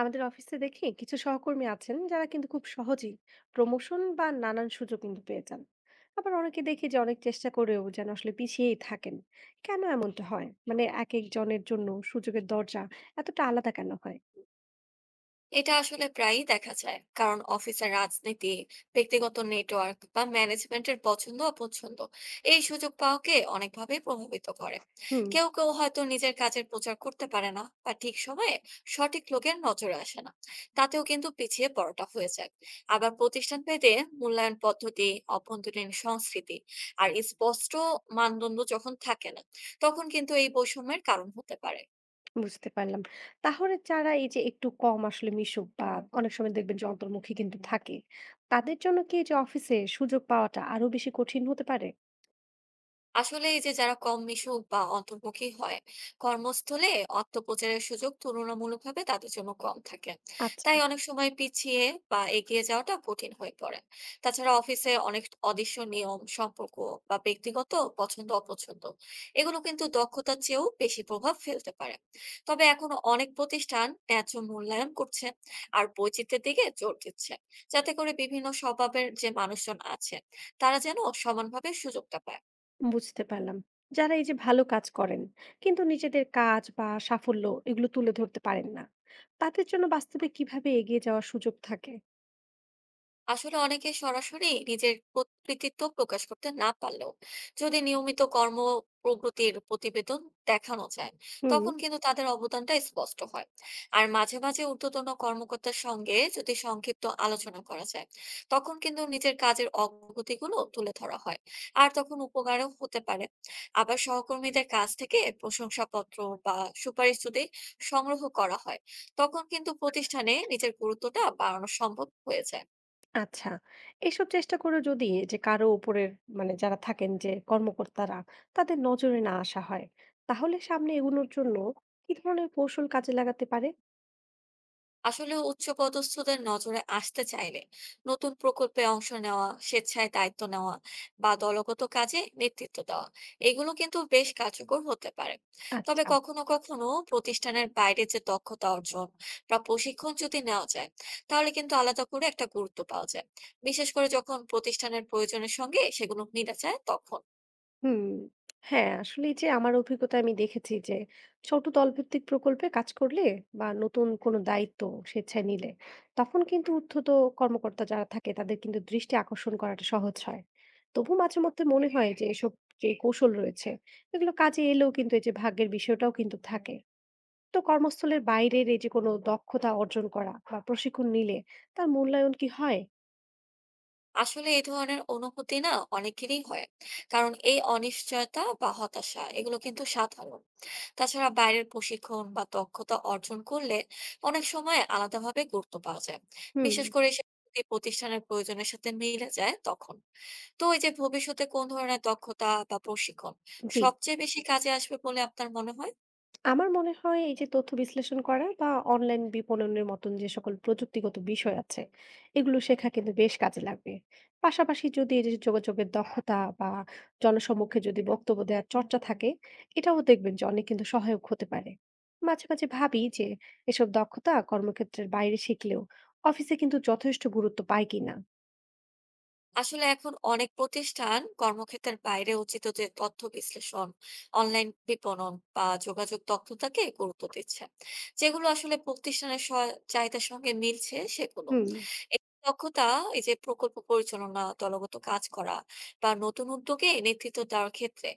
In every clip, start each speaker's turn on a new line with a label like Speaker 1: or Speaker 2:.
Speaker 1: আমাদের অফিসে দেখি কিছু সহকর্মী আছেন যারা কিন্তু খুব সহজেই প্রমোশন বা নানান সুযোগ কিন্তু পেয়ে যান। আবার অনেকে দেখি যে অনেক চেষ্টা করেও যেন আসলে পিছিয়েই থাকেন। কেন এমনটা হয়, মানে এক একজনের জন্য সুযোগের দরজা এতটা আলাদা কেন হয়?
Speaker 2: এটা আসলে প্রায়ই দেখা যায়, কারণ অফিসের রাজনীতি, ব্যক্তিগত নেটওয়ার্ক বা ম্যানেজমেন্টের পছন্দ অপছন্দ এই সুযোগ পাওয়াকে অনেকভাবে প্রভাবিত করে।
Speaker 1: হুম,
Speaker 2: কেউ কেউ হয়তো নিজের কাজের প্রচার করতে পারে না, বা ঠিক সময়ে সঠিক লোকের নজরে আসে না। তাতেও কিন্তু পিছিয়ে পড়াটা হয়ে যায়। আবার প্রতিষ্ঠান ভেদে মূল্যায়ন পদ্ধতি, অভ্যন্তরীণ সংস্কৃতি আর স্পষ্ট মানদণ্ড যখন থাকে না, তখন কিন্তু এই বৈষম্যের কারণ হতে পারে।
Speaker 1: বুঝতে পারলাম। তাহলে যারা এই যে একটু কম আসলে মিশুক বা অনেক সময় দেখবেন যে অন্তর্মুখী কিন্তু থাকে, তাদের জন্য কি এই যে অফিসে সুযোগ পাওয়াটা আরো বেশি কঠিন হতে পারে?
Speaker 2: আসলে এই যে যারা কম মিশুক বা অন্তর্মুখী হয়, কর্মস্থলে অর্থপ্রচারের সুযোগ তুলনামূলকভাবে তাদের জন্য কম থাকে।
Speaker 1: আচ্ছা,
Speaker 2: তাই অনেক সময় পিছিয়ে বা এগিয়ে যাওয়াটা কঠিন হয়ে পড়ে। তাছাড়া অফিসে অনেক অদৃশ্য নিয়ম, সম্পর্ক বা ব্যক্তিগত পছন্দ অপছন্দ এগুলো কিন্তু দক্ষতার চেয়েও বেশি প্রভাব ফেলতে পারে। তবে এখন অনেক প্রতিষ্ঠান ন্যায্য মূল্যায়ন করছে আর বৈচিত্র্যের দিকে জোর দিচ্ছে, যাতে করে বিভিন্ন স্বভাবের যে মানুষজন আছে তারা যেন সমানভাবে সুযোগটা পায়।
Speaker 1: বুঝতে পারলাম। যারা এই যে ভালো কাজ করেন কিন্তু নিজেদের কাজ বা সাফল্য এগুলো তুলে ধরতে পারেন না, তাদের জন্য বাস্তবে কিভাবে এগিয়ে যাওয়ার সুযোগ থাকে?
Speaker 2: আসলে অনেকে সরাসরি নিজের কৃতিত্ব প্রকাশ করতে না পারলেও, যদি নিয়মিত কর্ম প্রগতির প্রতিবেদন দেখানো যায়,
Speaker 1: হুম,
Speaker 2: তখন কিন্তু তাদের অবদানটা স্পষ্ট হয়। আর মাঝে মাঝে ঊর্ধ্বতন কর্মকর্তার সঙ্গে যদি সংক্ষিপ্ত আলোচনা করা যায়, তখন কিন্তু নিজের কাজের অগ্রগতিগুলো তুলে ধরা হয় আর তখন উপকারও হতে পারে। আবার সহকর্মীদের কাছ থেকে প্রশংসাপত্র বা সুপারিশ যদি সংগ্রহ করা হয়, তখন কিন্তু প্রতিষ্ঠানে নিজের গুরুত্বটা বাড়ানো সম্ভব হয়ে যায়।
Speaker 1: আচ্ছা, এসব চেষ্টা করে যদি যে কারো উপরের মানে যারা থাকেন যে কর্মকর্তারা তাদের নজরে না আসা হয়, তাহলে সামনে এগোনোর জন্য কি ধরনের কৌশল কাজে লাগাতে পারে?
Speaker 2: আসলে উচ্চপদস্থদের নজরে আসতে চাইলে নতুন প্রকল্পে অংশ নেওয়া, স্বেচ্ছায় দায়িত্ব নেওয়া বা দলগত কাজে নেতৃত্ব দেওয়া, এগুলো কিন্তু বেশ কার্যকর হতে পারে। তবে
Speaker 1: আচ্ছা।
Speaker 2: কখনো কখনো প্রতিষ্ঠানের বাইরে যে দক্ষতা অর্জন বা প্রশিক্ষণ যদি নেওয়া যায়, তাহলে কিন্তু আলাদা করে একটা গুরুত্ব পাওয়া যায়, বিশেষ করে যখন প্রতিষ্ঠানের প্রয়োজনের সঙ্গে সেগুলো মিলে যায় তখন।
Speaker 1: হুম, হ্যাঁ, আসলে এই যে আমার অভিজ্ঞতায় আমি দেখেছি যে ছোট দলভিত্তিক প্রকল্পে কাজ করলে বা নতুন কোনো দায়িত্ব স্বেচ্ছায় নিলে তখন কিন্তু ঊর্ধ্বত কর্মকর্তা যারা থাকে তাদের কিন্তু দৃষ্টি আকর্ষণ করাটা সহজ হয়। তবু মাঝে মধ্যে মনে হয় যে এসব যে কৌশল রয়েছে এগুলো কাজে এলেও কিন্তু এই যে ভাগ্যের বিষয়টাও কিন্তু থাকে। তো কর্মস্থলের বাইরের এই যে কোনো দক্ষতা অর্জন করা বা প্রশিক্ষণ নিলে তার মূল্যায়ন কি হয়?
Speaker 2: আসলে এই ধরনের অনুভূতি না, অনেকেরই হয়, কারণ এই অনিশ্চয়তা বা হতাশা এগুলো কিন্তু সাধারণ। তাছাড়া বাইরের প্রশিক্ষণ বা দক্ষতা অর্জন করলে অনেক সময় আলাদাভাবে গুরুত্ব পাওয়া যায়,
Speaker 1: হুম,
Speaker 2: বিশেষ করে সে যদি প্রতিষ্ঠানের প্রয়োজনের সাথে মিলে যায় তখন। তো এই যে ভবিষ্যতে কোন ধরনের দক্ষতা বা প্রশিক্ষণ
Speaker 1: জি,
Speaker 2: সবচেয়ে বেশি কাজে আসবে বলে আপনার মনে হয়?
Speaker 1: আমার মনে হয় এই যে তথ্য বিশ্লেষণ করা বা অনলাইন বিপণনের মতন যে সকল প্রযুক্তিগত বিষয় আছে এগুলো শেখা কিন্তু বেশ কাজে লাগবে। পাশাপাশি যদি এই যে যোগাযোগের দক্ষতা বা জনসম্মুখে যদি বক্তব্য দেওয়ার চর্চা থাকে, এটাও দেখবেন যে অনেক কিন্তু সহায়ক হতে পারে। মাঝে মাঝে ভাবি যে এসব দক্ষতা কর্মক্ষেত্রের বাইরে শিখলেও অফিসে কিন্তু যথেষ্ট গুরুত্ব পায় কিনা।
Speaker 2: আসলে এখন অনেক প্রতিষ্ঠান কর্মক্ষেত্রের বাইরে উচিত যে তথ্য বিশ্লেষণ, অনলাইন বিপণন বা যোগাযোগ দক্ষতাকে গুরুত্ব দিচ্ছে, যেগুলো আসলে প্রতিষ্ঠানের চাহিদার সঙ্গে মিলছে সেগুলো।
Speaker 1: হুম,
Speaker 2: এই দক্ষতা, এই যে প্রকল্প পরিচালনা, দলগত কাজ করা বা নতুন উদ্যোগে নেতৃত্ব দেওয়ার ক্ষেত্রে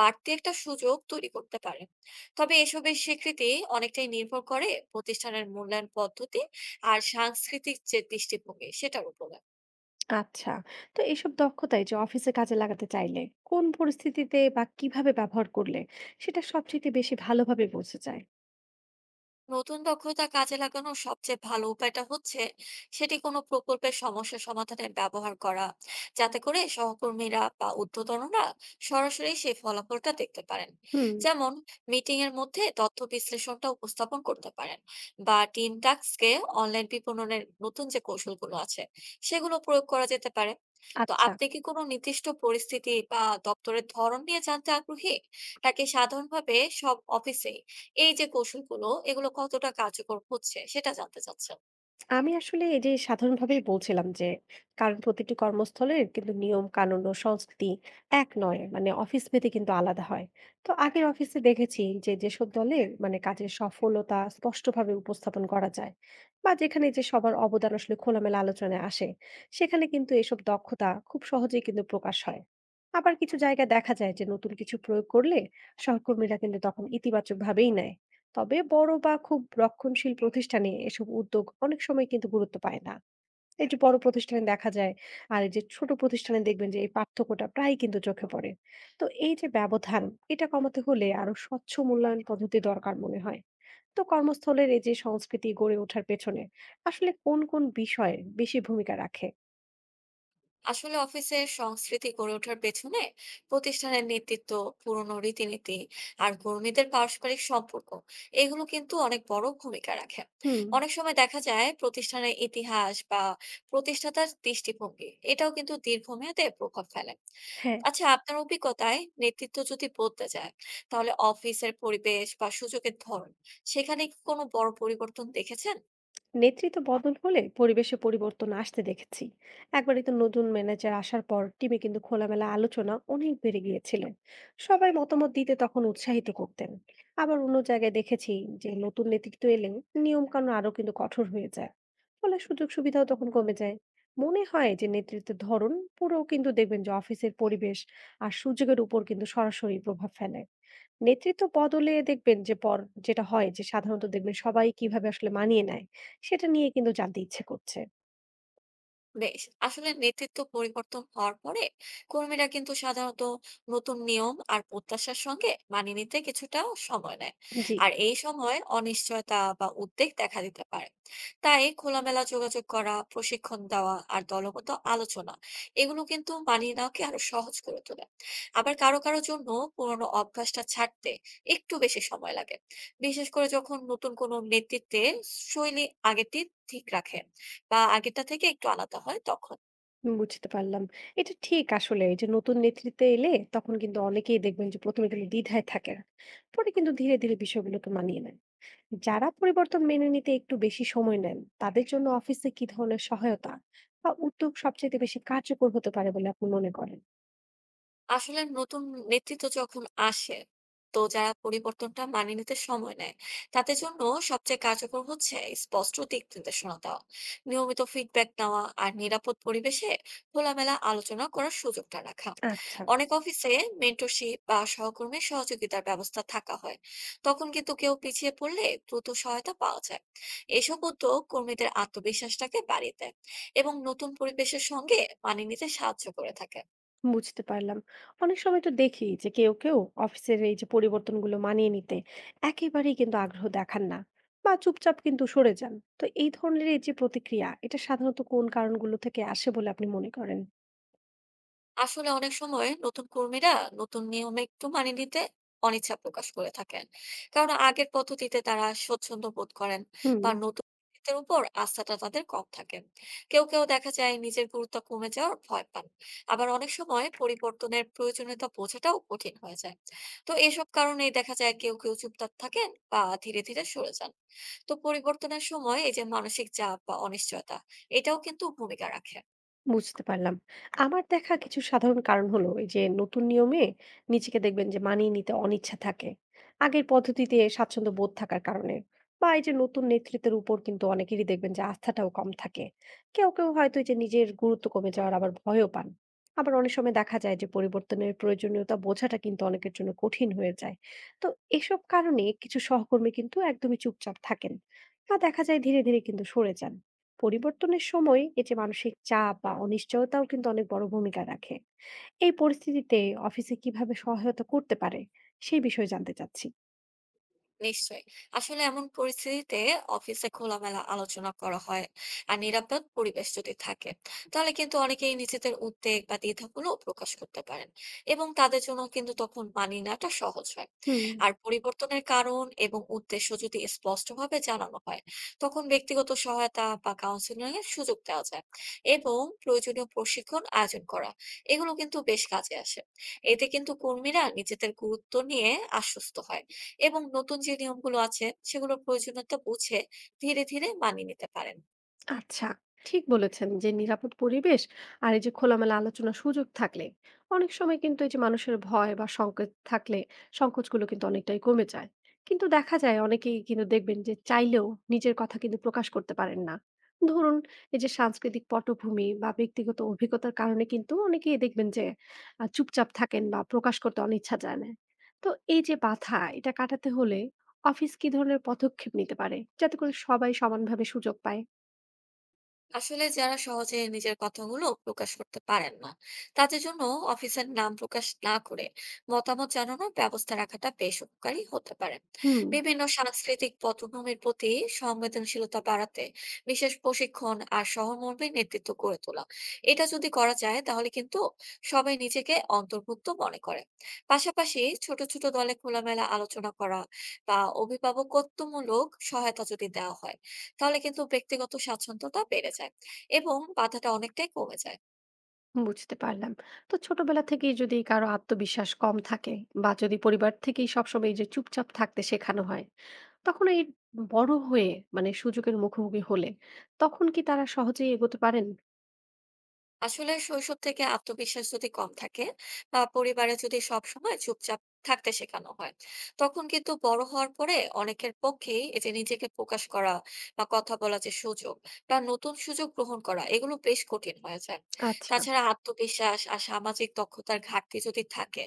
Speaker 2: বাড়তি একটা সুযোগ তৈরি করতে পারে। তবে এসবের স্বীকৃতি অনেকটাই নির্ভর করে প্রতিষ্ঠানের মূল্যায়ন পদ্ধতি আর সাংস্কৃতিক যে দৃষ্টিভঙ্গি সেটার উপরে।
Speaker 1: আচ্ছা। তো এইসব দক্ষতা এই যে অফিসে কাজে লাগাতে চাইলে কোন পরিস্থিতিতে বা কিভাবে ব্যবহার করলে সেটা সবচেয়ে বেশি ভালোভাবে বোঝা যায়?
Speaker 2: নতুন দক্ষতা কাজে লাগানোর সবচেয়ে ভালো উপায়টা হচ্ছে সেটি কোনো প্রকল্পের সমস্যা সমাধানে ব্যবহার করা, যাতে করে সহকর্মীরা বা ঊর্ধ্বতনরা সরাসরি সেই ফলাফলটা দেখতে পারেন।
Speaker 1: হুম।
Speaker 2: যেমন মিটিং এর মধ্যে তথ্য বিশ্লেষণটা উপস্থাপন করতে পারেন, বা টিম টাস্কে অনলাইন বিপণনের নতুন যে কৌশলগুলো আছে সেগুলো প্রয়োগ করা যেতে পারে। তো
Speaker 1: আচ্ছা।
Speaker 2: আপনি কি কোনো নির্দিষ্ট পরিস্থিতি বা দপ্তরের ধরন নিয়ে জানতে আগ্রহী, নাকি সাধারণভাবে সব অফিসে এই যে কৌশলগুলো এগুলো কতটা কার্যকর হচ্ছে সেটা জানতে চাচ্ছেন?
Speaker 1: আমি আসলে এই যে সাধারণভাবেই বলছিলাম যে কারণ প্রতিটি কর্মস্থলের কিন্তু নিয়ম কানুন ও সংস্কৃতি এক নয়, মানে অফিস ভেদে কিন্তু আলাদা হয়। তো আগের অফিসে দেখেছি যে যেসব দলের মানে কাজের সফলতা স্পষ্টভাবে উপস্থাপন করা যায় বা যেখানে যে সবার অবদান আসলে খোলামেলা আলোচনায় আসে, সেখানে কিন্তু এসব দক্ষতা খুব সহজেই কিন্তু প্রকাশ হয়। আবার কিছু জায়গায় দেখা যায় যে নতুন কিছু প্রয়োগ করলে সহকর্মীরা কিন্তু তখন ইতিবাচক ভাবেই নেয়। তবে বড় বা খুব রক্ষণশীল প্রতিষ্ঠানে এসব উদ্যোগ অনেক সময় কিন্তু গুরুত্ব পায় না। এই যে বড় প্রতিষ্ঠানে দেখা যায়, আর এই যে ছোট প্রতিষ্ঠানে দেখবেন যে এই পার্থক্যটা প্রায় কিন্তু চোখে পড়ে। তো এই যে ব্যবধান এটা কমাতে হলে আরো স্বচ্ছ মূল্যায়ন পদ্ধতি দরকার মনে হয়। তো কর্মস্থলের এই যে সংস্কৃতি গড়ে ওঠার পেছনে আসলে কোন কোন বিষয়ে বেশি ভূমিকা রাখে?
Speaker 2: আসলে অফিসে সংস্কৃতি গড়ে ওঠার পেছনে প্রতিষ্ঠানের নেতৃত্ব, পুরনো রীতিনীতি আর কর্মীদের পারস্পরিক সম্পর্ক এগুলো কিন্তু অনেক বড় ভূমিকা রাখে।
Speaker 1: হুম,
Speaker 2: অনেক সময় দেখা যায় প্রতিষ্ঠানের ইতিহাস বা প্রতিষ্ঠাতার দৃষ্টিভঙ্গি এটাও কিন্তু দীর্ঘমেয়াদে প্রভাব ফেলে।
Speaker 1: হ্যাঁ।
Speaker 2: আচ্ছা, আপনার অভিজ্ঞতায় নেতৃত্ব যদি বদলে যায়, তাহলে অফিসের পরিবেশ বা সুযোগের ধরন সেখানে কি কোনো বড় পরিবর্তন দেখেছেন?
Speaker 1: নেতৃত্ব বদল হলে পরিবেশে পরিবর্তন আসতে দেখেছি। একবারই তো নতুন ম্যানেজার আসার পর টিমে কিন্তু খোলামেলা আলোচনা অনেক বেড়ে গিয়েছিলেন, সবাই মতামত দিতে তখন উৎসাহিত করতেন। আবার অন্য জায়গায় দেখেছি যে নতুন নেতৃত্ব এলে নিয়ম কানুন আরো কিন্তু কঠোর হয়ে যায়, ফলে সুযোগ সুবিধাও তখন কমে যায়। মনে হয় যে নেতৃত্বের ধরন পুরো কিন্তু দেখবেন যে অফিসের পরিবেশ আর সুযোগের উপর কিন্তু সরাসরি প্রভাব ফেলে। নেতৃত্ব বদলে দেখবেন যে পর, যেটা হয় যে সাধারণত দেখবেন সবাই কিভাবে আসলে মানিয়ে নেয়, সেটা নিয়ে কিন্তু জানতে ইচ্ছে করছে।
Speaker 2: বেশ। আসলে নেতৃত্ব পরিবর্তন হওয়ার পরে কর্মীরা কিন্তু সাধারণত নতুন নিয়ম আর প্রত্যাশার সঙ্গে মানিয়ে নিতে কিছুটা সময় নেয়।
Speaker 1: জি,
Speaker 2: আর এই সময় অনিশ্চয়তা বা উদ্বেগ দেখা দিতে পারে। তাই খোলামেলা যোগাযোগ করা, প্রশিক্ষণ দেওয়া আর দলগত আলোচনা, এগুলো কিন্তু মানিয়ে নেওয়াকে আরো সহজ করে তোলে। আবার কারো কারো জন্য পুরোনো অভ্যাসটা ছাড়তে একটু বেশি সময় লাগে, বিশেষ করে যখন নতুন কোনো নেতৃত্বে শৈলী আগের থেকে ঠিক রাখে বা আগেরটা থেকে একটু আলাদা হয় তখন।
Speaker 1: বুঝতে পারলাম। এটা ঠিক আসলে এই যে নতুন নেতৃত্বে এলে তখন কিন্তু অনেকেই দেখবেন যে ১ম এ কিন্তু দ্বিধায় থাকেন। পরে কিন্তু ধীরে, ধীরে বিষয়গুলোকে মানিয়ে নেন। যারা পরিবর্তন মেনে নিতে একটু বেশি সময় নেন, তাদের জন্য অফিসে কি ধরনের সহায়তা বা উদ্যোগ সবচাইতে বেশি কার্যকর হতে পারে বলে আপনি মনে করেন?
Speaker 2: আসলে নতুন নেতৃত্ব যখন আসে, তো যারা পরিবর্তনটা মানিয়ে নিতে সময় নেয়, তাদের জন্য সবচেয়ে কার্যকর হচ্ছে স্পষ্ট দিক নির্দেশনা দেওয়া, নিয়মিত ফিডব্যাক নেওয়া আর নিরাপদ পরিবেশে খোলামেলা আলোচনা করার সুযোগটা রাখা।
Speaker 1: আচ্ছা।
Speaker 2: অনেক অফিসে মেন্টরশিপ বা সহকর্মী সহযোগিতার ব্যবস্থা থাকা হয়, তখন কিন্তু কেউ পিছিয়ে পড়লে দ্রুত সহায়তা পাওয়া যায়। এসব উদ্যোগ কর্মীদের আত্মবিশ্বাসটাকে বাড়িয়ে দেয় এবং নতুন পরিবেশের সঙ্গে মানিয়ে নিতে সাহায্য করে থাকে।
Speaker 1: বুঝতে পারলাম। অনেক সময় তো দেখি যে কেউ, কেউ অফিসের এই যে পরিবর্তনগুলো মানিয়ে নিতে একেবারেই কিন্তু আগ্রহ দেখান না বা চুপচাপ কিন্তু সরে যান। তো এই ধরনের এই যে প্রতিক্রিয়া, এটা সাধারণত কোন কারণগুলো থেকে আসে বলে আপনি মনে করেন?
Speaker 2: আসলে অনেক সময় নতুন কর্মীরা নতুন নিয়মে একটু মানিয়ে নিতে অনীচ্ছা প্রকাশ করে থাকেন, কারণ আগের পদ্ধতিতে তারা স্বচ্ছন্দ বোধ করেন,
Speaker 1: হুম।
Speaker 2: বা নতুন নেতৃত্বের উপর আস্থাটা তাদের কম থাকে। কেউ কেউ দেখা যায় নিজের গুরুত্ব কমে যাওয়ার ভয় পান। আবার অনেক সময় পরিবর্তনের প্রয়োজনীয়তা বোঝাটাও কঠিন হয়ে যায়। তো এসব কারণেই দেখা যায় কেউ কেউ চুপচাপ থাকেন বা ধীরে ধীরে সরে যান। তো পরিবর্তনের সময় এই যে মানসিক চাপ বা অনিশ্চয়তা, এটাও কিন্তু ভূমিকা রাখে।
Speaker 1: বুঝতে পারলাম। আমার দেখা কিছু সাধারণ কারণ হলো এই যে নতুন নিয়মে নিজেকে দেখবেন যে মানিয়ে নিতে অনিচ্ছা থাকে। আগের পদ্ধতিতে স্বাচ্ছন্দ্য বোধ থাকার কারণে। বা এই যে নতুন নেতৃত্বের উপর কিন্তু অনেকেরই দেখবেন যে আস্থাটাও কম থাকে। কেউ, কেউ হয়তো এই যে নিজের গুরুত্ব কমে যাওয়ার আবার ভয়ও পান। আবার অনেক সময় দেখা যায় যে পরিবর্তনের প্রয়োজনীয়তা বোঝাটা কিন্তু অনেকের জন্য কঠিন হয়ে যায়। তো এসব কারণে কিছু সহকর্মী কিন্তু একদমই চুপচাপ থাকেন। বা দেখা যায় ধীরে, ধীরে কিন্তু সরে যান। পরিবর্তনের সময় এই যে মানসিক চাপ বা অনিশ্চয়তাও কিন্তু অনেক বড় ভূমিকা রাখে। এই পরিস্থিতিতে অফিসে কিভাবে সহায়তা করতে পারে সেই বিষয়ে জানতে চাচ্ছি।
Speaker 2: নিশ্চয়ই। আসলে এমন পরিস্থিতিতে অফিসে খোলামেলা আলোচনা করা হয় আর নিরাপদ পরিবেশ যদি থাকে, তাহলে কিন্তু অনেকেই নিজেদের উদ্বেগ বা দ্বিধাগুলো প্রকাশ করতে পারেন, এবং তাদের জন্য কিন্তু তখন মানিয়ে নেওয়াটা সহজ হয়।
Speaker 1: হুম,
Speaker 2: আর পরিবর্তনের কারণ এবং উদ্দেশ্য যদি স্পষ্টভাবে জানানো হয়, তখন ব্যক্তিগত সহায়তা বা কাউন্সিলিং এর সুযোগ দেওয়া যায়, এবং প্রয়োজনীয় প্রশিক্ষণ আয়োজন করা এগুলো কিন্তু বেশ কাজে আসে। এতে কিন্তু কর্মীরা নিজেদের গুরুত্ব নিয়ে আশ্বস্ত হয়, এবং নতুন যে নিয়মগুলো আছে সেগুলোর প্রয়োজনীয়তা বুঝে ধীরে ধীরে মানিয়ে নিতে পারেন।
Speaker 1: আচ্ছা, ঠিক বলেছেন যে নিরাপদ পরিবেশ আর এই যে খোলামেলা আলোচনার সুযোগ থাকলে অনেক সময় কিন্তু এই যে মানুষের ভয় বা সংকোচ থাকলে সংকোচগুলো কিন্তু অনেকটাই কমে যায়। কিন্তু দেখা যায় অনেকেই কিন্তু দেখবেন যে চাইলেও নিজের কথা কিন্তু প্রকাশ করতে পারেন না। ধরুন এই যে সাংস্কৃতিক পটভূমি বা ব্যক্তিগত অভিজ্ঞতার কারণে কিন্তু অনেকেই দেখবেন যে চুপচাপ থাকেন বা প্রকাশ করতে অনিচ্ছা জানায়। তো এই যে বাধা এটা কাটাতে হলে অফিস কি ধরনের পদক্ষেপ নিতে পারে যাতে করে সবাই সমানভাবে সুযোগ পায়?
Speaker 2: আসলে যারা সহজে নিজের কথাগুলো প্রকাশ করতে পারেন না, তাদের জন্য অফিসের নাম প্রকাশ না করে মতামত জানানোর ব্যবস্থা রাখাটা বেশ উপকারী হতে পারে।
Speaker 1: হুম,
Speaker 2: বিভিন্ন সাংস্কৃতিক পটভূমির প্রতি সংবেদনশীলতা বাড়াতে বিশেষ প্রশিক্ষণ আর সহমর্মী নেতৃত্ব গড়ে তোলা, এটা যদি করা যায়, তাহলে কিন্তু সবাই নিজেকে অন্তর্ভুক্ত মনে করে। পাশাপাশি ছোট ছোট দলে খোলামেলা আলোচনা করা বা অভিভাবকত্বমূলক সহায়তা যদি দেওয়া হয়, তাহলে কিন্তু ব্যক্তিগত স্বাচ্ছন্দ্যতা বেড়ে যায় এবং বাধাটা অনেকটাই কমে যায়।
Speaker 1: বুঝতে পারলাম। তো ছোটবেলা থেকেই যদি কারো আত্মবিশ্বাস কম থাকে বা যদি পরিবার থেকেই সবসময় এই যে চুপচাপ থাকতে শেখানো হয়, তখন এই বড় হয়ে মানে সুযোগের মুখোমুখি হলে তখন কি তারা সহজেই এগোতে পারেন?
Speaker 2: আসলে শৈশব থেকে আত্মবিশ্বাস যদি কম থাকে বা পরিবারে যদি সব সময় চুপচাপ থাকতে শেখানো হয়, তখন কিন্তু বড় হওয়ার পরে অনেকের পক্ষেই এই যে নিজেকে প্রকাশ করা বা কথা বলার যে সুযোগ বা নতুন সুযোগ গ্রহণ করা এগুলো বেশ কঠিন হয়ে যায়।
Speaker 1: আচ্ছা,
Speaker 2: তাছাড়া আত্মবিশ্বাস আর সামাজিক দক্ষতার ঘাটতি যদি থাকে,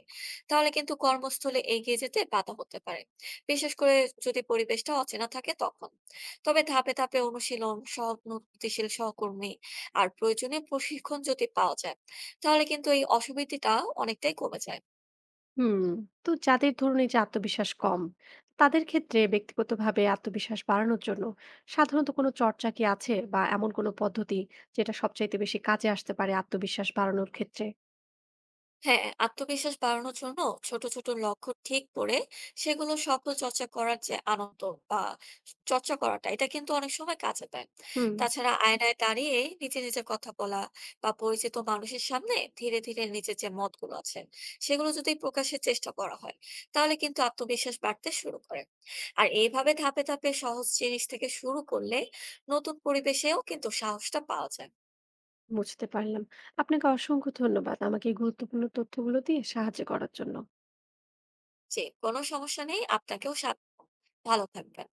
Speaker 2: তাহলে কিন্তু কর্মস্থলে এগিয়ে যেতে বাধা হতে পারে, বিশেষ করে যদি পরিবেশটা অচেনা থাকে তখন। তবে ধাপে ধাপে অনুশীলন, সহানুভূতিশীল সহকর্মী আর প্রয়োজনীয় প্রশিক্ষণ যদি পাওয়া যায়, তাহলে কিন্তু এই অসুবিধাটা অনেকটাই কমে যায়।
Speaker 1: হুম, তো যাদের ধরুন এই যে আত্মবিশ্বাস কম, তাদের ক্ষেত্রে ব্যক্তিগতভাবে আত্মবিশ্বাস বাড়ানোর জন্য সাধারণত কোনো চর্চা কি আছে বা এমন কোনো পদ্ধতি যেটা সবচাইতে বেশি কাজে আসতে পারে আত্মবিশ্বাস বাড়ানোর ক্ষেত্রে?
Speaker 2: হ্যাঁ, আত্মবিশ্বাস বাড়ানোর জন্য ছোট ছোট লক্ষ্য ঠিক করে সেগুলো সফল চর্চা করার যে আনন্দ বা চর্চা করাটা, এটা কিন্তু অনেক সময় কাজে দেয়।
Speaker 1: হুম।
Speaker 2: তাছাড়া আয়নায় দাঁড়িয়ে নিজে নিজে কথা বলা বা পরিচিত মানুষের সামনে ধীরে ধীরে নিজের যে মতগুলো আছে সেগুলো যদি প্রকাশের চেষ্টা করা হয়, তাহলে কিন্তু আত্মবিশ্বাস বাড়তে শুরু করে। আর এইভাবে ধাপে ধাপে সহজ জিনিস থেকে শুরু করলে নতুন পরিবেশেও কিন্তু সাহসটা পাওয়া যায়।
Speaker 1: বুঝতে পারলাম। আপনাকে অসংখ্য ধন্যবাদ আমাকে এই গুরুত্বপূর্ণ তথ্যগুলো দিয়ে সাহায্য করার জন্য।
Speaker 2: যে কোনো সমস্যা নেই, আপনাকেও স্বাগত। ভালো থাকবেন।